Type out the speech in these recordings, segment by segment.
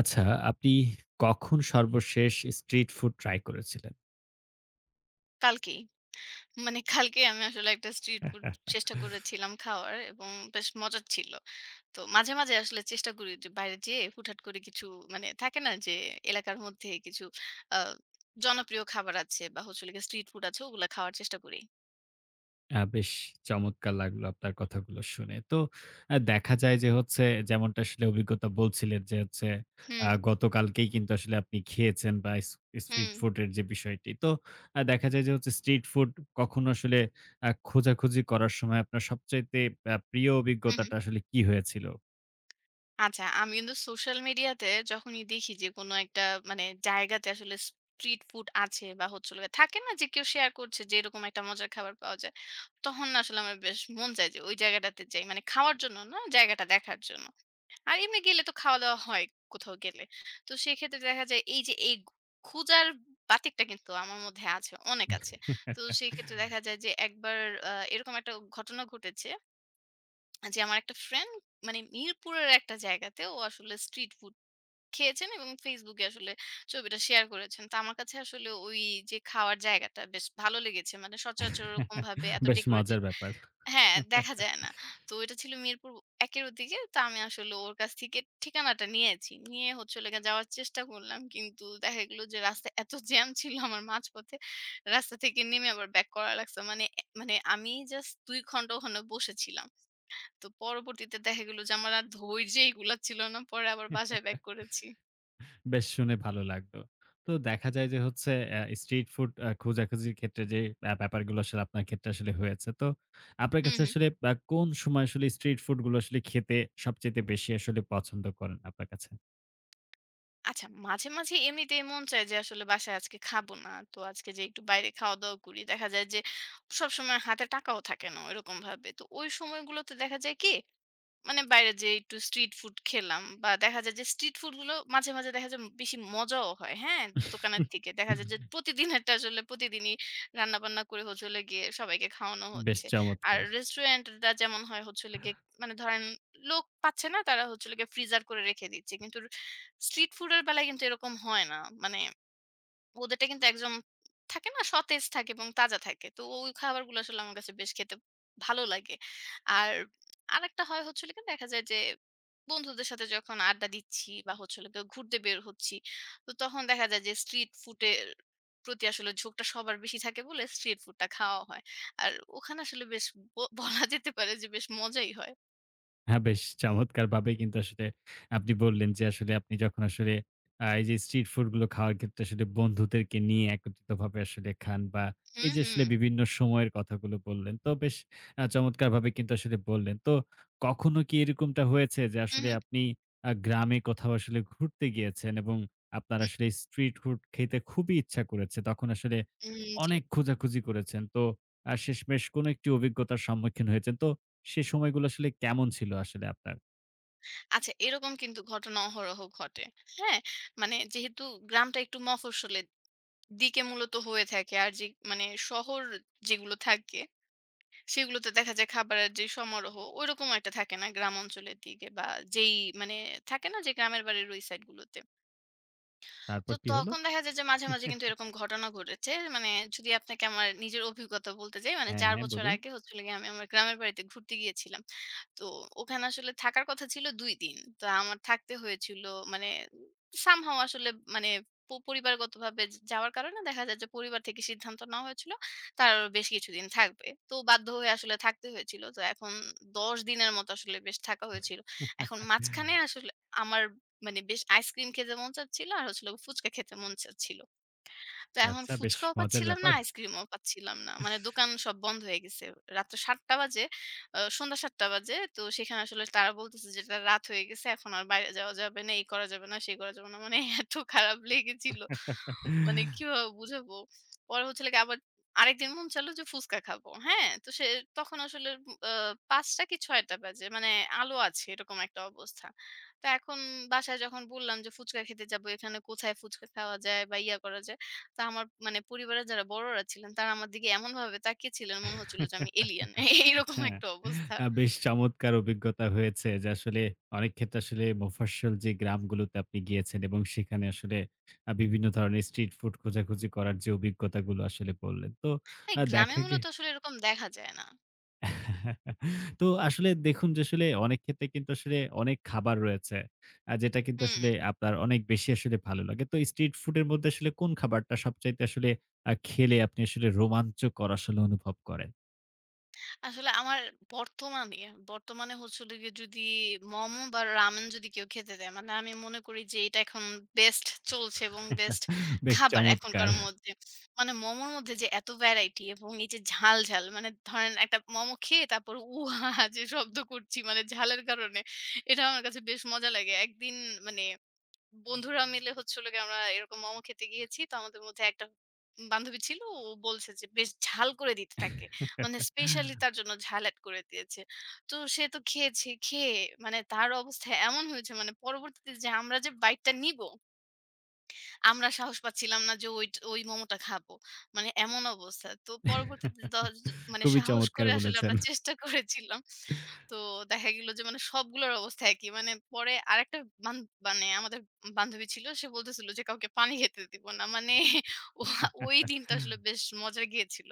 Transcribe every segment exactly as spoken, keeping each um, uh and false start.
আচ্ছা, আপনি কখন সর্বশেষ স্ট্রিট ফুড ট্রাই করেছিলেন? কালকেই। মানে কালকে আমি আসলে একটা স্ট্রিট ফুড চেষ্টা করেছিলাম খাওয়ার এবং বেশ মজার ছিল। তো মাঝে, মাঝে আসলে চেষ্টা করি যে বাইরে যেয়ে হুটহাট করে কিছু মানে থাকে না যে এলাকার মধ্যে কিছু আ জনপ্রিয় খাবার আছে বা হচ্ছে হলো গিয়ে স্ট্রিট ফুড আছে ওগুলা খাওয়ার চেষ্টা করি। আ বেশ চমৎকার লাগলো আপনার কথাগুলো শুনে। তো আ দেখা যায় যে হচ্ছে, যেমনটা আসলে অভিজ্ঞতা বলছিলেন যে হচ্ছে আ হুম, গতকালকেই কিন্তু আসলে আপনি খেয়েছেন, বা ইস স্ট্রিট হুম, ফুড এর যে বিষয়টি। তো আ দেখা যায় যে হচ্ছে, স্ট্রিট ফুড কখনো আসলে আ খোঁজাখুঁজি করার সময় আপনার সবচাইতে আ প্রিয় হুম, হুম। অভিজ্ঞতাটা আসলে কি হয়েছিল? আচ্ছা, আমি কিন্তু সোশ্যাল মিডিয়াতে যখনই দেখি যে কোনো একটা মানে জায়গাতে আসলে স্ট্রিট ফুড আছে বা হচ্ছে হলো গিয়ে থাকে না যে কেউ শেয়ার করছে যে এরকম একটা মজার খাবার পাওয়া যায়। তখন না আসলে আমার বেশ মন চায় যে ওই জায়গাটাতে যাই। মানে খাওয়ার জন্য না, জায়গাটা দেখার জন্য। আর এমনি গেলে তো খাওয়া-দাওয়া হয় কোথাও গেলে। তো সেক্ষেত্রে দেখা যায় এই যে এই খোঁজার বাতিকটা কিন্তু আমার মধ্যে আছে, অনেক আছে। তো সেক্ষেত্রে দেখা যায় যে একবার আ এরকম একটা ঘটনা ঘটেছে যে আমার একটা ফ্রেন্ড মানে মিরপুরের একটা জায়গাতে ও আসলে স্ট্রিট ফুড খেয়েছেন এবং Facebook এ আসলে ছবিটা শেয়ার করেছেন। তো আমার কাছে আসলে ওই যে খাওয়ার জায়গাটা বেশ ভালো লেগেছে। মানে সচরাচর ওরকমভাবে এত বেশ মজার ডেকোরেটেড ব্যাপার। হ্যাঁ, দেখা যায় না। তো এটা ছিল মিরপুর এক এর ওদিকে। তো আমি আসলে ওর কাছ থেকে ঠিকানাটা নিয়েছি। নিয়ে হচ্ছে হলো গিয়ে যাওয়ার চেষ্টা করলাম। কিন্তু দেখা গেল যে রাস্তায় এত জ্যাম ছিল আমার মাঝপথে। রাস্তা থেকে নেমে আবার ব্যাক করা লাগছে। মানে এ মানে আমি জাস্ট দুই ঘন্টা ওখানে বসেছিলাম। তো পরবর্তীতে দেখা গেল যে আমার আর ধৈর্যই কুলাচ্ছিল না। পরে আবার বাসায় ব্যাক করেছি। বেশ, শুনে ভালো লাগলো। তো দেখা যায় যে হচ্ছে অ্যা স্ট্রিট ফুড আ খোঁজাখুঁজির ক্ষেত্রে যে ব্যা ব্যাপারগুলো আসলে আপনার ক্ষেত্রে আসলে হয়েছে। তো আপনার হুম, কাছে হুম। আসলে আ কোন সময় আসলে স্ট্রিট ফুড গুলো আসলে খেতে সবচাইতে বেশি আসলে পছন্দ করেন আপনার কাছে? আচ্ছা, মাঝে, মাঝে এমনিতেই মন চায় যে আসলে বাসায় আজকে খাবো না। তো আজকে যেয়ে একটু বাইরে খাওয়া-দাওয়া করি। দেখা যায় যে সবসময় হাতে টাকাও থাকে না ওইরকমভাবে। তো ওই সময়গুলোতে দেখা যায় কি মানে বাইরে যেয়ে একটু স্ট্রিট ফুড খেলাম বা দেখা যায় যে স্ট্রিট ফুডগুলো মাঝে, মাঝে দেখা যায় বেশি মজাও হয়, হ্যাঁ? দোকানের থেকে। দেখা যায় যে প্রতিদিনেরটা আসলে প্রতিদিনই রান্না-বান্না করে হচ্ছে হলো গিয়ে সবাইকে খাওয়ানো বেশ হচ্ছে। আর চমৎকার! রেস্টুরেন্টটা যেমন হয় হচ্ছে হলো গিয়ে মানে ধরেন লোক পাচ্ছে না তারা হচ্ছে হলো গিয়ে ফ্রিজার করে রেখে দিচ্ছে। কিন্তু স্ট্রিট ফুডের বেলায় কিন্তু এরকম হয় না। মানে ওদেরটা কিন্তু একদম থাকে না? সতেজ থাকে এবং তাজা থাকে। তো ওই খাবারগুলো আসলে আমার কাছে বেশ খেতে ভালো লাগে। আর আরেকটা হয় হচ্ছে হলো গিয়ে দেখা যায় যে বন্ধুদের সাথে যখন আড্ডা দিচ্ছি বা হচ্ছে হলো গিয়ে ঘুরতে বের হচ্ছি, তো তখন দেখা যায় যে স্ট্রিট ফুডের প্রতি আসলে ঝোঁকটা সবার বেশি থাকে বলে স্ট্রিট ফুডটা খাওয়া হয়। আর ওখানে আসলে বেশ ব বলা যেতে পারে যে বেশ মজাই হয়। হ্যাঁ, বেশ চমৎকারভাবেই কিন্তু আসলে আপনি বললেন যে, আসলে আপনি যখন আসলে আ এই যে স্ট্রিট ফুড গুলো খাওয়ার ক্ষেত্রে আসলে বন্ধুদেরকে নিয়ে একত্রিতভাবে আসলে খান, বা এই হুম, যে আসলে হুম। বিভিন্ন সময়ের কথাগুলো বললেন। তো বেশ আ চমৎকারভাবে কিন্তু আসলে বললেন। তো কখনো কি এরকমটা হয়েছে যে হু, আসলে হু। আপনি আ গ্রামে কোথাও আসলে ঘুরতে গিয়েছেন এবং আপনার হুম, আসলে স্ট্রিট ফুড খেতে খুবই ইচ্ছা করেছে। তখন আসলে হুম। জি। অনেক খোঁজাখুঁজি করেছেন। তো আ শেষমেশ কোনো একটি অভিজ্ঞতার সম্মুখীন হয়েছেন। তো সে সময়গুলো আসলে কেমন ছিল আসলে আপনার? আচ্ছা, এরকম কিন্তু ঘটনা অহরহ ঘটে। হ্যাঁ? মানে যেহেতু গ্রামটা একটু মফস্বলের দিকে মূলত হয়ে থাকে। আর যে মানে শহর যেগুলো থাকে, সেগুলোতে দেখা যায় খাবারের যে সমারোহ, ওইরকম একটা থাকে না গ্রাম অঞ্চলের দিকে বা যেই মানে থাকে না যে গ্রামের বাড়ির ওই সাইড গুলোতে। তো তারপর কি হলো? তখন দেখা যায় যে মাঝে, মাঝে কিন্তু এরকম ঘটনা ঘটেছে। মানে যদি আপনাকে আমার নিজের অভিজ্ঞতা বলতে যাই, মানে হ্যাঁ, চার হ্যাঁ, বছর বলুন। আগে হচ্ছিল গিয়ে আমি আমার গ্রামের বাড়িতে ঘুরতে গিয়েছিলাম। তো ওখানে আসলে থাকার কথা ছিল দুই দিন। তো আমার থাকতে হয়েছিল মানে somehow আসলে মানে প পরিবারগতভাবে য যাওয়ার কারণে দেখা যায় যে পরিবার থেকে সিদ্ধান্ত নেওয়া হয়েছিল, তার আরো বেশ কিছুদিন থাকবে। তো বাধ্য হয়ে আসলে থাকতে হয়েছিল। তো এখন দশ দিনের মতো আসলে বেশ থাকা হয়েছিল। এখন মাঝখানে আসলে আমার মানে বেশ আইসক্রিম খেতে মন চাচ্ছিল আর হচ্ছিল ফুচকা খেতে মন চাচ্ছিল। তো এখন আচ্ছা, বেশ ফুচকাও মজার পাচ্ছিলাম না, ব্যাপার। আইসক্রিমও পাচ্ছিলাম না। মানে দোকান সব বন্ধ হয়ে গেছে। রাত্র ৭ঃ০০ বাজে, আ সন্ধ্যা ৭ঃ০০ বাজে। তো সেখানে আসলে তারা বলতেছে যে, "এটা রাত হয়ে গেছে। এখন আর বাইরে যাওয়া যাবে না। এই করা যাবে না, সেই করা যাবে না।" মানে এত খারাপ লেগেছিল। মানে কিভাবে বুঝাবো? পরে হচ্ছে হলো গিয়ে আবার আরেকদিন মন চাইলো যে ফুচকা খাবো। হ্যাঁ? তো সে তখন আসলে আ পাঁচ টা কি ছয় টা বাজে। মানে আলো আছে এরকম একটা অবস্থা। তো এখন বাসায় যখন বললাম যে ফুচকা খেতে যাবো, এখানে কোথায় ফুচকা খাওয়া যায় বা ইয়া করা যায়। তো আমার মানে পরিবারের যারা বড়রা ছিলেন তারা আমার দিকে এমনভাবে তাকিয়েছিলেন মনে হচ্ছিল যে আমি এলিয়েন। এইরকম হ্যাঁ, একটা অবস্থা। আ বেশ চমৎকার অভিজ্ঞতা হয়েছে যে আসলে অনেক ক্ষেত্রে আসলে মফস্বল যে গ্রামগুলোতে আপনি গিয়েছেন এবং সেখানে আসলে আ বিভিন্ন ধরনের স্ট্রিট ফুড খোঁজাখুঁজি করার যে অভিজ্ঞতাগুলো আসলে বললেন। তো হ্যাঁ, আ গ্রামে দেখা গে মূলত আসলে এরকম দেখা যায় না। তো আসলে দেখুন, যে আসলে অনেক ক্ষেত্রে কিন্তু আসলে অনেক খাবার রয়েছে। আ যেটা কিন্তু হুম। আসলে আপনার অনেক বেশি আসলে ভালো লাগে। তো স্ট্রিট ফুডের মধ্যে আসলে কোন খাবারটা সবচাইতে আসলে আ খেলে আপনি আসলে রোমাঞ্চকর আসলে অনুভব করেন? আসলে আমার বর্তমানে, বর্তমানে হচ্ছে হলো গিয়ে যদি মোমো বা রামেন যদি কেউ খেতে দেয়, মানে আমি মনে করি যে এটা এখন বেস্ট চলছে এবং বেস্ট বেশ খাবার চমৎকার। এখনকার মধ্যে। মানে মোমোর মধ্যে যে এত ভ্যারাইটি এবং এই যে ঝাল, ঝাল মানে ধরেন একটা মোমো খেয়ে তারপর উহা যে শব্দ করছি মানে ঝালের কারণে এটা আমার কাছে বেশ মজা লাগে। একদিন মানে বন্ধুরা মিলে হচ্ছে হলো গিয়ে আমরা এরকম মোমো খেতে গিয়েছি। তো আমাদের মধ্যে একটা বান্ধবী ছিল। ও বলছে যে বেশ ঝাল করে দিতে তাকে। মানে স্পেশালি তার জন্য ঝাল এড করে দিয়েছে। তো সে তো খেয়েছে। খেয়ে মানে তার অবস্থা এমন হয়েছে মানে পরবর্তীতে যে আমরা যে বাইটটা নিবো আমরা সাহস পাচ্ছিলাম না যে ওইট ওই মোমোটা খাবো। মানে এমন অবস্থা। তো পরবর্তীতে দজ মানে খুবই সাহস চমৎকার করে আসলে বলেছেন। আমরা চেষ্টা করেছিলাম। তো দেখা গেল যে মানে সবগুলোর অবস্থা একই। মানে পরে আরেকটা বান মানে আমাদের বান্ধবী ছিল। সে বলতেছিল যে কাউকে পানি খেতে দিব না। মানে ওহা ওই দিনটা আসলে বেশ মজা গিয়েছিল।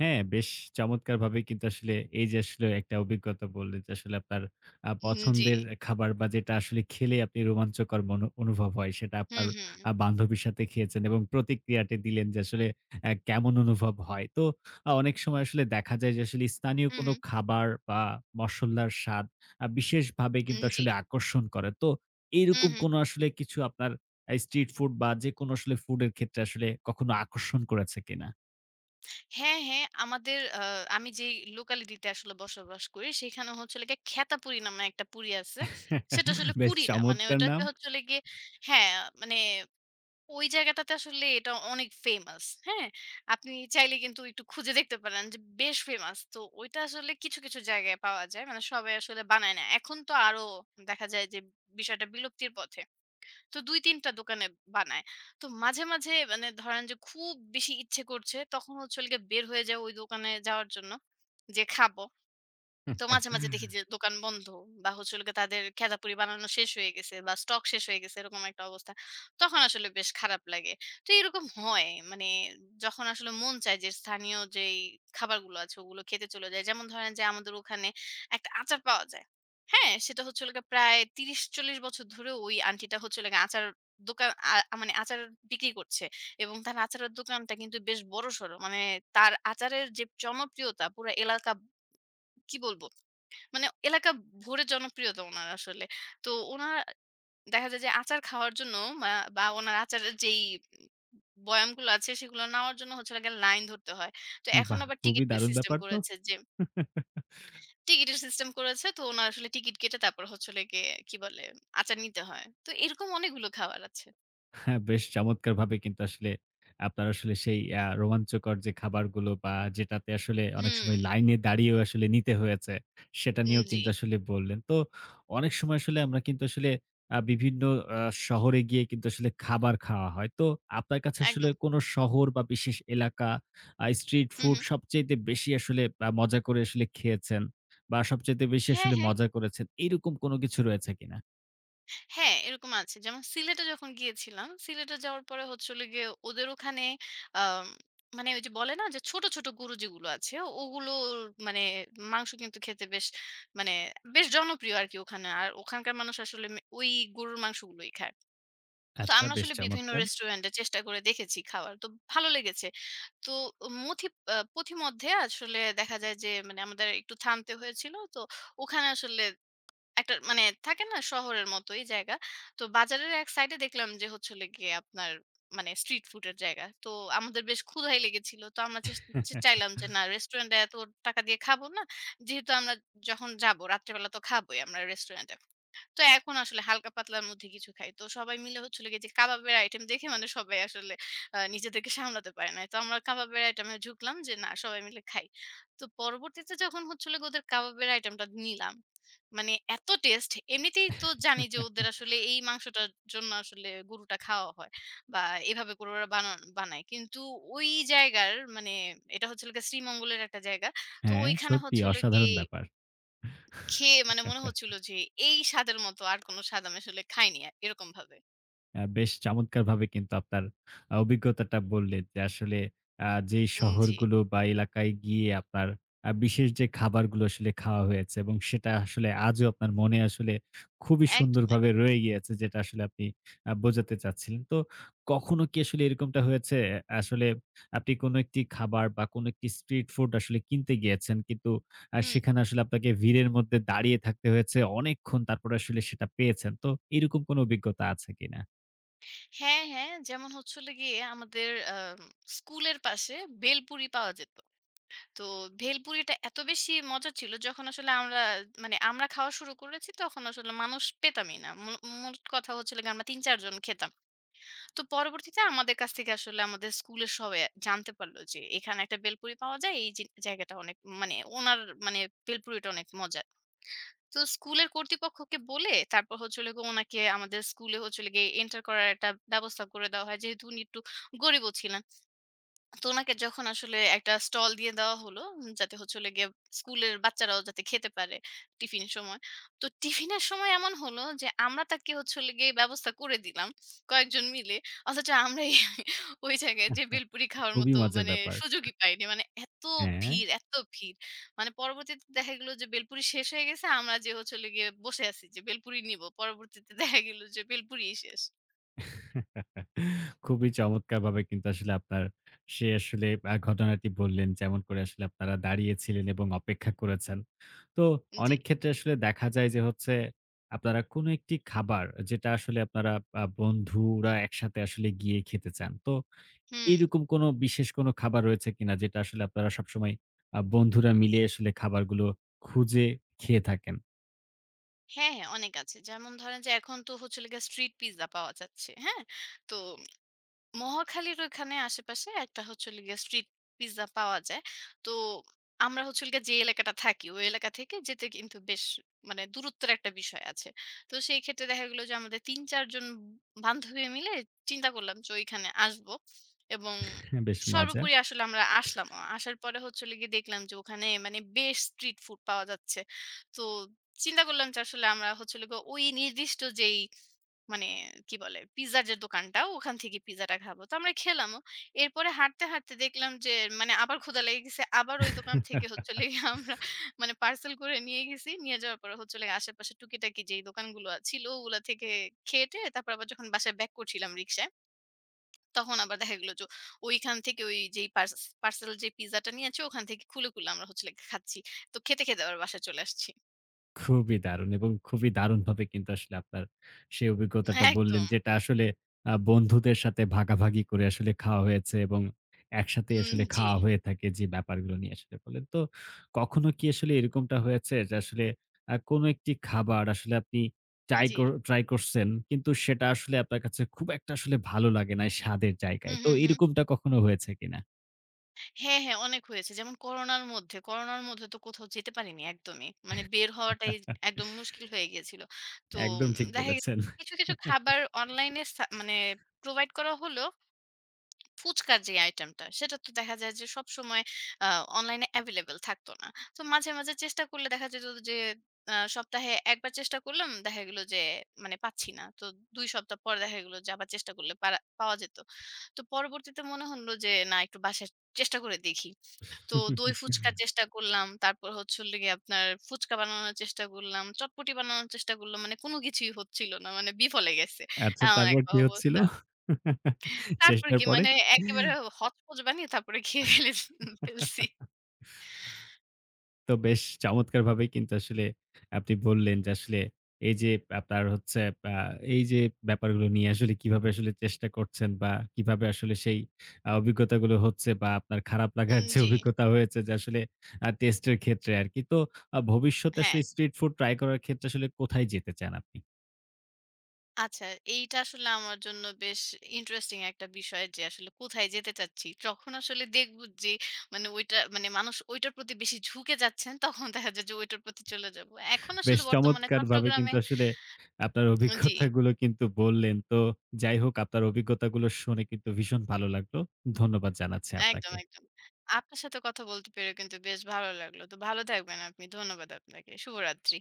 হ্যাঁ, বেশ চমৎকারভাবেই কিন্তু আসলে এই যে আসলে একটা অভিজ্ঞতা বললেন, যে আসলে আপনার আ উম, জি। পছন্দের খাবার বা যেটা আসলে খেলে আপনি রোমাঞ্চকর মনো অনুভব হয়, সেটা হুম, আপনার হুম। আ বান্ধবীর সাথে খেয়েছেন এবং প্রতিক্রিয়াটি দিলেন যে আসলে অ্যা কেমন অনুভব হয়। তো আ অনেক সময় আসলে দেখা যায় যে আসলে স্থানীয় হুম, কোনো হুম। খাবার বা মসল্লার স্বাদ আ বিশেষভাবে উম, কিন্তু জি। আসলে আকর্ষণ করে। তো হুম, এইরকম হুম। কোনো আসলে কিছু আপনার আ স্ট্রিট ফুড বা যেকোনো আসলে ফুডের ক্ষেত্রে আসলে কখনো আকর্ষণ করেছে কিনা? হ্যাঁ, হ্যাঁ। আমাদের আ আমি যেই লোকালিটিতে আসলে বসবাস করি, সেখানে হচ্ছে হলো গিয়ে খেতাপুরি নামে একটা পুরি আছে। সেটা আসলে বেশ পুরি না। মানে চমৎকার ওটাকে নাম। হচ্ছে হলো গিয়ে হ্যাঁ, মানে ওই জায়গাটাতে আসলে এটা অনেক ফেমাস। হ্যাঁ? আপনি চাইলে কিন্তু একটু খুঁজে দেখতে পারেন যে বেশ ফেমাস। তো ওইটা আসলে কিছু, কিছু জায়গায় পাওয়া যায়। মানে সবাই আসলে বানায় না। এখন তো আরো দেখা যায় যে বিষয়টা বিলুপ্তির পথে। তো দুই তিন টা দোকানে বানায়। তো মাঝে, মাঝে মানে ধরেন যে খুব বেশি ইচ্ছে করছে, তখন হচ্ছে হলো গিয়ে বের হয়ে যাই ওই দোকানে যাওয়ার জন্য যে খাবো। তো মাঝে, মাঝে দেখি যে দোকান বন্ধ বা হচ্ছে হলো গিয়ে তাদের খেদাপুরি বানানো শেষ হয়ে গেছে বা স্টক শেষ হয়ে গেছে এরকম একটা অবস্থা। তখন আসলে বেশ খারাপ লাগে। তো এরকম হয় মানে যখন আসলে মন চায় যে স্থানীয় যেই খাবারগুলো আছে ওগুলো খেতে চলে যাই। যেমন ধরেন যে আমাদের ওখানে একটা আচার পাওয়া যায়। হ্যাঁ? সেটা হচ্ছে হলো গিয়ে প্রায় ত্রিশ চল্লিশ বছর ধরে ওই আন্টিটা হচ্ছে হলো গিয়ে আচার দোকান আ মানে আচার বিক্রি করছে এবং তার আচারের দোকানটা কিন্তু বেশ বড়সড়। মানে তার আচারের যে জনপ্রিয়তা পুরা এলাকা কি বলব মানে এলাকা ভরে জনপ্রিয়তা উনার আসলে। তো উনার দেখা যায় যে আচার খাওয়ার জন্য মা বা উনার আচারের যেই বয়ামগুলো আছে সেগুলো নেওয়ার জন্য হচ্ছে হলো গিয়ে লাইন ধরতে হয়। তো এখন বাহ! আবার টিকিট খুবই দারুণ সিস্টেম ব্যাপার তো। করেছে যে টিকিটের সিস্টেম করেছে তো উনার আসলে টিকিট কেটে তারপর হচ্ছে হলো গিয়ে কি বলে আচার নিতে হয়। তো এরকম অনেকগুলো খাবার আছে। হ্যাঁ, বেশ চমৎকারভাবে কিন্তু আসলে আপনার আসলে সেই আ রোমাঞ্চকর যে খাবারগুলো, বা যেটাতে আসলে অনেক হুম, সময় লাইনে দাঁড়িয়েও আসলে নিতে হয়েছে, সেটা উম, নিয়েও জি, কিন্তু আসলে বললেন। তো অনেক সময় আসলে আমরা কিন্তু আসলে আ বিভিন্ন আ শহরে গিয়ে কিন্তু আসলে খাবার খাওয়া হয়। তো আপনার কাছে আসলে একদম। কোনো শহর বা বিশেষ এলাকা আ স্ট্রিট হু, ফুড হু। সবচাইতে বেশি আসলে আ মজা করে আসলে খেয়েছেন, বা সবচাইতে বেশি হ্যাঁ, আসলে হ্যাঁ। মজা করেছেন, এরকম কোনো কিছু রয়েছে কিনা? হ্যাঁ, এরকম আছে। যেমন সিলেটে যখন গিয়েছিলাম, সিলেটে যাওয়ার পরে হচ্ছে হলো গিয়ে ওদের ওখানে আম মানে ওই যে বলে না যে ছোট, ছোট গরু যেগুলো আছে ওগুলোর মানে মাংস কিন্তু খেতে বেশ মানে বেশ জনপ্রিয় আরকি ওখানে। আর ওখানকার মানুষ আসলে মে ওই গরুর মাংসগুলোই খায়। তো আচ্ছা, আমরা বেশ আসলে বিভিন্ন চমৎকার! রেস্টুরেন্টে চেষ্টা করে দেখেছি খাওয়ার। তো ভালো লেগেছে। তো মথি আ পথিমধ্যে আসলে দেখা যায় যে মানে আমাদের একটু থামতে হয়েছিল। তো ওখানে আসলে একটা মানে থাকে না শহরের মতোই জায়গা। তো বাজারের এক সাইডে দেখলাম যে হচ্ছে হলো গিয়ে আপনার মানে স্ট্রিট ফুড এর জায়গা। তো আমাদের বেশ ক্ষুধাই লেগেছিল। তো আমরা চেস চে চাইলাম যে না রেস্টুরেন্টে এত টাকা দিয়ে খাবো না। যেহেতু আমরা যখন যাবো রাত্রেবেলা তো খাবোই আমরা রেস্টুরেন্টে। তো এখন আসলে হালকা পাতলার মধ্যে কিছু খাই। তো সবাই মিলে হচ্ছিল গিয়ে যে কাবাবের আইটেম দেখে মানে সবাই আসলে আ নিজেদেরকে সামলাতে পারে নাই। তো আমরা কাবাবের আইটেমে ঝুঁকলাম যে না সবাই মিলে খাই। তো পরবর্তীতে যখন হচ্ছিল গিয়ে ওদের কাবাবের আইটেমটা নিলাম। মানে এত টেস্ট এমনিতেই তো জানি যে ওদের আসলে এই মাংসটার জন্য আসলে গরুটা খাওয়া হয় বা এভাবে করে ওরা বানান বানায়। কিন্তু ওই জায়গার মানে এটা হচ্ছে হলো গিয়ে শ্রীমঙ্গলের একটা জায়গা। তো হ্যাঁ, ওইখানে সত্যি হচ্ছে হলো গিয়ে অসাধারণ ব্যাপার। খেয়ে মানে মনে হচ্ছিল যে এই স্বাদের মতো আর কোনো স্বাদ আমি আসলে খাইনি আ এরকম ভাবে। আ বেশ চমৎকারভাবে কিন্তু আপনার আ অভিজ্ঞতাটা বললেন যে, আসলে আ যেই উম, জি, শহরগুলো বা এলাকায় গিয়ে আপনার আ বিশেষ যে খাবারগুলো আসলে খাওয়া হয়েছে এবং সেটা আসলে আজও আপনার মনে আসলে খুবই একদম, এক সুন্দরভাবে রয়ে গিয়েছে, যেটা আসলে আপনি আ বোঝাতে চাচ্ছিলেন। তো কখনো কি আসলে এরকমটা হয়েছে, আসলে আপনি কোনো একটি খাবার বা কোনো একটি স্ট্রিট ফুড আসলে কিনতে গিয়েছেন, কিন্তু আ হুম। সেখানে আসলে আপনাকে ভিড়ের মধ্যে দাঁড়িয়ে থাকতে হয়েছে অনেকক্ষণ, তারপরে আসলে সেটা পেয়েছেন। তো এরকম কোনো অভিজ্ঞতা আছে কিনা? হ্যাঁ, হ্যাঁ, যেমন হচ্ছে হলো গিয়ে আমাদের আম স্কুলের পাশে ভেলপুরি পাওয়া যেত। তো ভেলপুরিটা এত বেশি মজা ছিল যখন আসলে আমরা মানে আমরা খাওয়া শুরু করেছি তখন আসলে মানুষ পেতামই না। মূ মূল কথা হচ্ছে হলো গিয়ে আমরা তিন চার জন খেতাম। তো পরবর্তীতে আমাদের কাছ থেকে আসলে আমাদের স্কুলের সবাই জানতে পারল যে এখানে একটা ভেলপুরি পাওয়া যায়। এই জি জায়গাটা অনেক মানে উনার মানে ভেলপুরিটা অনেক মজার। তো স্কুলের কর্তৃপক্ষকে বলে তারপর হচ্ছে হলো গিয়ে ওনাকে আমাদের স্কুলে হচ্ছে হলো গিয়ে এন্টার করার একটা ব্যবস্থা করে দেওয়া হয় যেহেতু উনি একটু গরিবও ছিলেন তো উনাকে যখন আসলে একটা স্টল দিয়ে দেওয়া হলো, উম, যাতে হচ্ছে হলো গিয়ে স্কুলের বাচ্চারাও যাতে খেতে পারে টিফিন সময়। তো টিফিনের সময় এমন হলো যে আমরা তাকে হচ্ছে হলো গিয়ে ব্যবস্থা করে দিলাম কয়েকজন মিলে। অথচ আমরাই ওই জায়গায় যেয়ে ভেলপুরি খাওয়ার খুবই মতো মজার মানে ব্যাপার। সুযোগই পাইনি। মানে এত হ্যাঁ। ভিড়, এত ভিড়। মানে পরবর্তীতে দেখা গেল যে ভেলপুরি শেষ হয়ে গেছে। আমরা যে হচ্ছে হলো গিয়ে বসে আছি যে ভেলপুরি নিবো। পরবর্তীতে দেখা গেল যে ভেলপুরিই শেষ। খুবই চমৎকারভাবে কিন্তু আসলে আপনার সে আসলে আ ঘটনাটি বললেন। যেমন করে আসলে আপনারা দাঁড়িয়েছিলেন এবং অপেক্ষা করেছেন। তো জি। অনেক ক্ষেত্রে আসলে দেখা যায় যে হচ্ছে, আপনারা কোনো একটি খাবার, যেটা আসলে আপনারা আ বন্ধুরা একসাথে আসলে গিয়ে খেতে চান। তো হুম। এইরকম কোনো বিশেষ কোনো খাবার রয়েছে কিনা যেটা আসলে আপনারা সবসময় আ বন্ধুরা মিলে আসলে খাবারগুলো খুঁজে খেয়ে থাকেন? হ্যাঁ, হ্যাঁ, অনেক আছে। যেমন ধরেন যে এখন তো হচ্ছে হলো গিয়ে স্ট্রিট পিজ্জা পাওয়া যাচ্ছে। হ্যাঁ? তো মহাখালীর ওইখানে আশেপাশে একটা হচ্ছে হলো গিয়ে স্ট্রিট পিজ্জা পাওয়া যায়। তো আমরা হচ্ছে হলো গিয়ে যে এলাকাটা থাকি, ওই এলাকা থেকে যেতে কিন্তু বেশ মানে দূরত্বের একটা বিষয় আছে। তো সেই ক্ষেত্রে দেখা গেল যে আমাদের তিন চার জন বান্ধবী মিলে চিন্তা করলাম যে ওইখানে আসবো এবং হ্যাঁ, বেশ সর্বোপরি আসলে আমরা আসলামও। আসার পরে হচ্ছে হলো গিয়ে দেখলাম যে ওখানে মানে বেশ স্ট্রিট ফুড পাওয়া যাচ্ছে। তো চিন্তা করলাম যে আসলে আমরা হচ্ছে হলো গিয়ে ওই নির্দিষ্ট যেই মানে কি বলে? পিজ্জার যে দোকানটা, ওখান থেকে পিজ্জাটা খাবো। তো আমরা খেলামও। এরপরে হাঁটতে, হাঁটতে দেখলাম যে মানে আবার ক্ষুধা লেগে গেছে। আবার ওই দোকান থেকে মজার। হচ্ছে হলো গিয়ে আমরা মানে পার্সেল করে নিয়ে গেছি। নিয়ে যাওয়ার পরে হচ্ছে হলো গিয়ে আশেপাশে টুকিটাকি যেই দোকানগুলো আ ছিল, ওগুলা থেকে খেয়ে-টেয়ে তারপর আবার যখন বাসায় ব্যাক করছিলাম রিক্সায়, তখন আবার দেখা গেল যে ওইখান থেকে ওই যেই পার্স পার্সেল যে পিজ্জাটা নিয়ে আসছে, ওখান থেকে খুলে, খুলে আমরা হচ্ছে হলো গিয়ে খাচ্ছি। তো খেতে, খেতে আবার বাসায় চলে আসছি। খুবই দারুণ, এবং খুবই দারুণভাবে কিন্তু আসলে আপনার সেই অভিজ্ঞতাটা বললেন, একদম। যেটা আসলে আ বন্ধুদের সাথে ভাগাভাগি করে আসলে খাওয়া হয়েছে এবং একসাথে উম, আসলে জি, খাওয়া হয়ে থাকে, যে ব্যাপারগুলো নিয়ে আসলে বললেন। তো কখনো কি আসলে এরকমটা হয়েছে যে আসলে আ কোনো একটি খাবার আসলে আপনি ট্রাই জি। কর ট্রাই করছেন, কিন্তু সেটা আসলে আপনার কাছে খুব একটা আসলে ভালো লাগে নাই স্বাদের হু, জায়গায়। তো হু, হু। এরকমটা কখনো হয়েছে কিনা? হ্যাঁ, হ্যাঁ, অনেক হয়েছে। যেমন করোনার মধ্যে, করোনার মধ্যে তো কোথাও যেতে পারিনি একদমই। মানে বের হওয়াটাই একদম মুশকিল হয়ে গিয়েছিল। তো একদম উম, ঠিক দেখা গেছে বলেছেন। কিছু, কিছু খাবার অনলাইনে সা মানে প্রোভাইড করা হলেও ফুচকার যে আইটেমটা সেটা তো দেখা যায় যে সবসময় আ অনলাইনে এভেইলেবল থাকতো না। তো মাঝে, মাঝে চেষ্টা করলে দেখা যেত যে আ সপ্তাহে এক বার চেষ্টা করলাম, দেখা গেল যে মানে পাচ্ছি না। তো দুই সপ্তাহ পর দেখা গেল যে আবার চেষ্টা করলে পারা পাওয়া যেত। তো পরবর্তীতে মনে হলো যে না একটু বাসায় চেষ্টা করে দেখি। তো দই ফুচকার চেষ্টা করলাম। তারপর হচ্ছে হলো গিয়ে আপনার ফুচকা বানানোর চেষ্টা করলাম, চটপটি বানানোর চেষ্টা করলাম। মানে কোনো কিছুই হচ্ছিল না। মানে বিফলে গেছে। আচ্ছা, এমন তারপর একটা কি হচ্ছিল? অবস্থা। তারপর চেষ্টার কি পরে? মানে একেবারে হতপচ বানিয়ে তারপরে খেয়ে ফেলে ফেলছি। তো বেশ চমৎকারভাবেই কিন্তু আসলে আপনি বললেন যে আসলে এই যে আপনার হচ্ছে আ এই যে ব্যাপারগুলো নিয়ে আসলে কিভাবে আসলে চেষ্টা করছেন, বা কিভাবে আসলে সেই আ অভিজ্ঞতাগুলো হচ্ছে, বা আপনার খারাপ লাগার উম, যে জি। অভিজ্ঞতা হয়েছে যে আসলে আ টেস্টের ক্ষেত্রে আরকি। তো আ ভবিষ্যতে হ্যাঁ। আসলে স্ট্রিট ফুড ট্রাই করার ক্ষেত্রে আসলে কোথায় যেতে চান আপনি? আচ্ছা, এইটা আসলে আমার জন্য বেশ ইন্টারেস্টিং একটা বিষয় যে আসলে কোথায় যেতে চাচ্ছি। যখন আসলে দেখব যে মানে ওইটা মানে মানুষ ওইটার প্রতি বেশি ঝুঁকে যাচ্ছেন তখন দেখা যায় যে ওইটার প্রতি চলে যাব। এখন আসলে বেশ বর্তমানে চমৎকারভাবে চট্টগ্রামে কিন্তু আসলে আপনার জি, অভিজ্ঞতাগুলো কিন্তু বললেন। তো যাই হোক, আপনার অভিজ্ঞতাগুলো শুনে কিন্তু ভীষণ ভালো লাগলো। ধন্যবাদ জানাচ্ছি একদম, আপনাকে। একদম। আপনার সাথে কথা বলতে পেরে কিন্তু বেশ ভালো লাগলো। তো ভালো থাকবেন আপনি। ধন্যবাদ আপনাকে। শুভরাত্রি।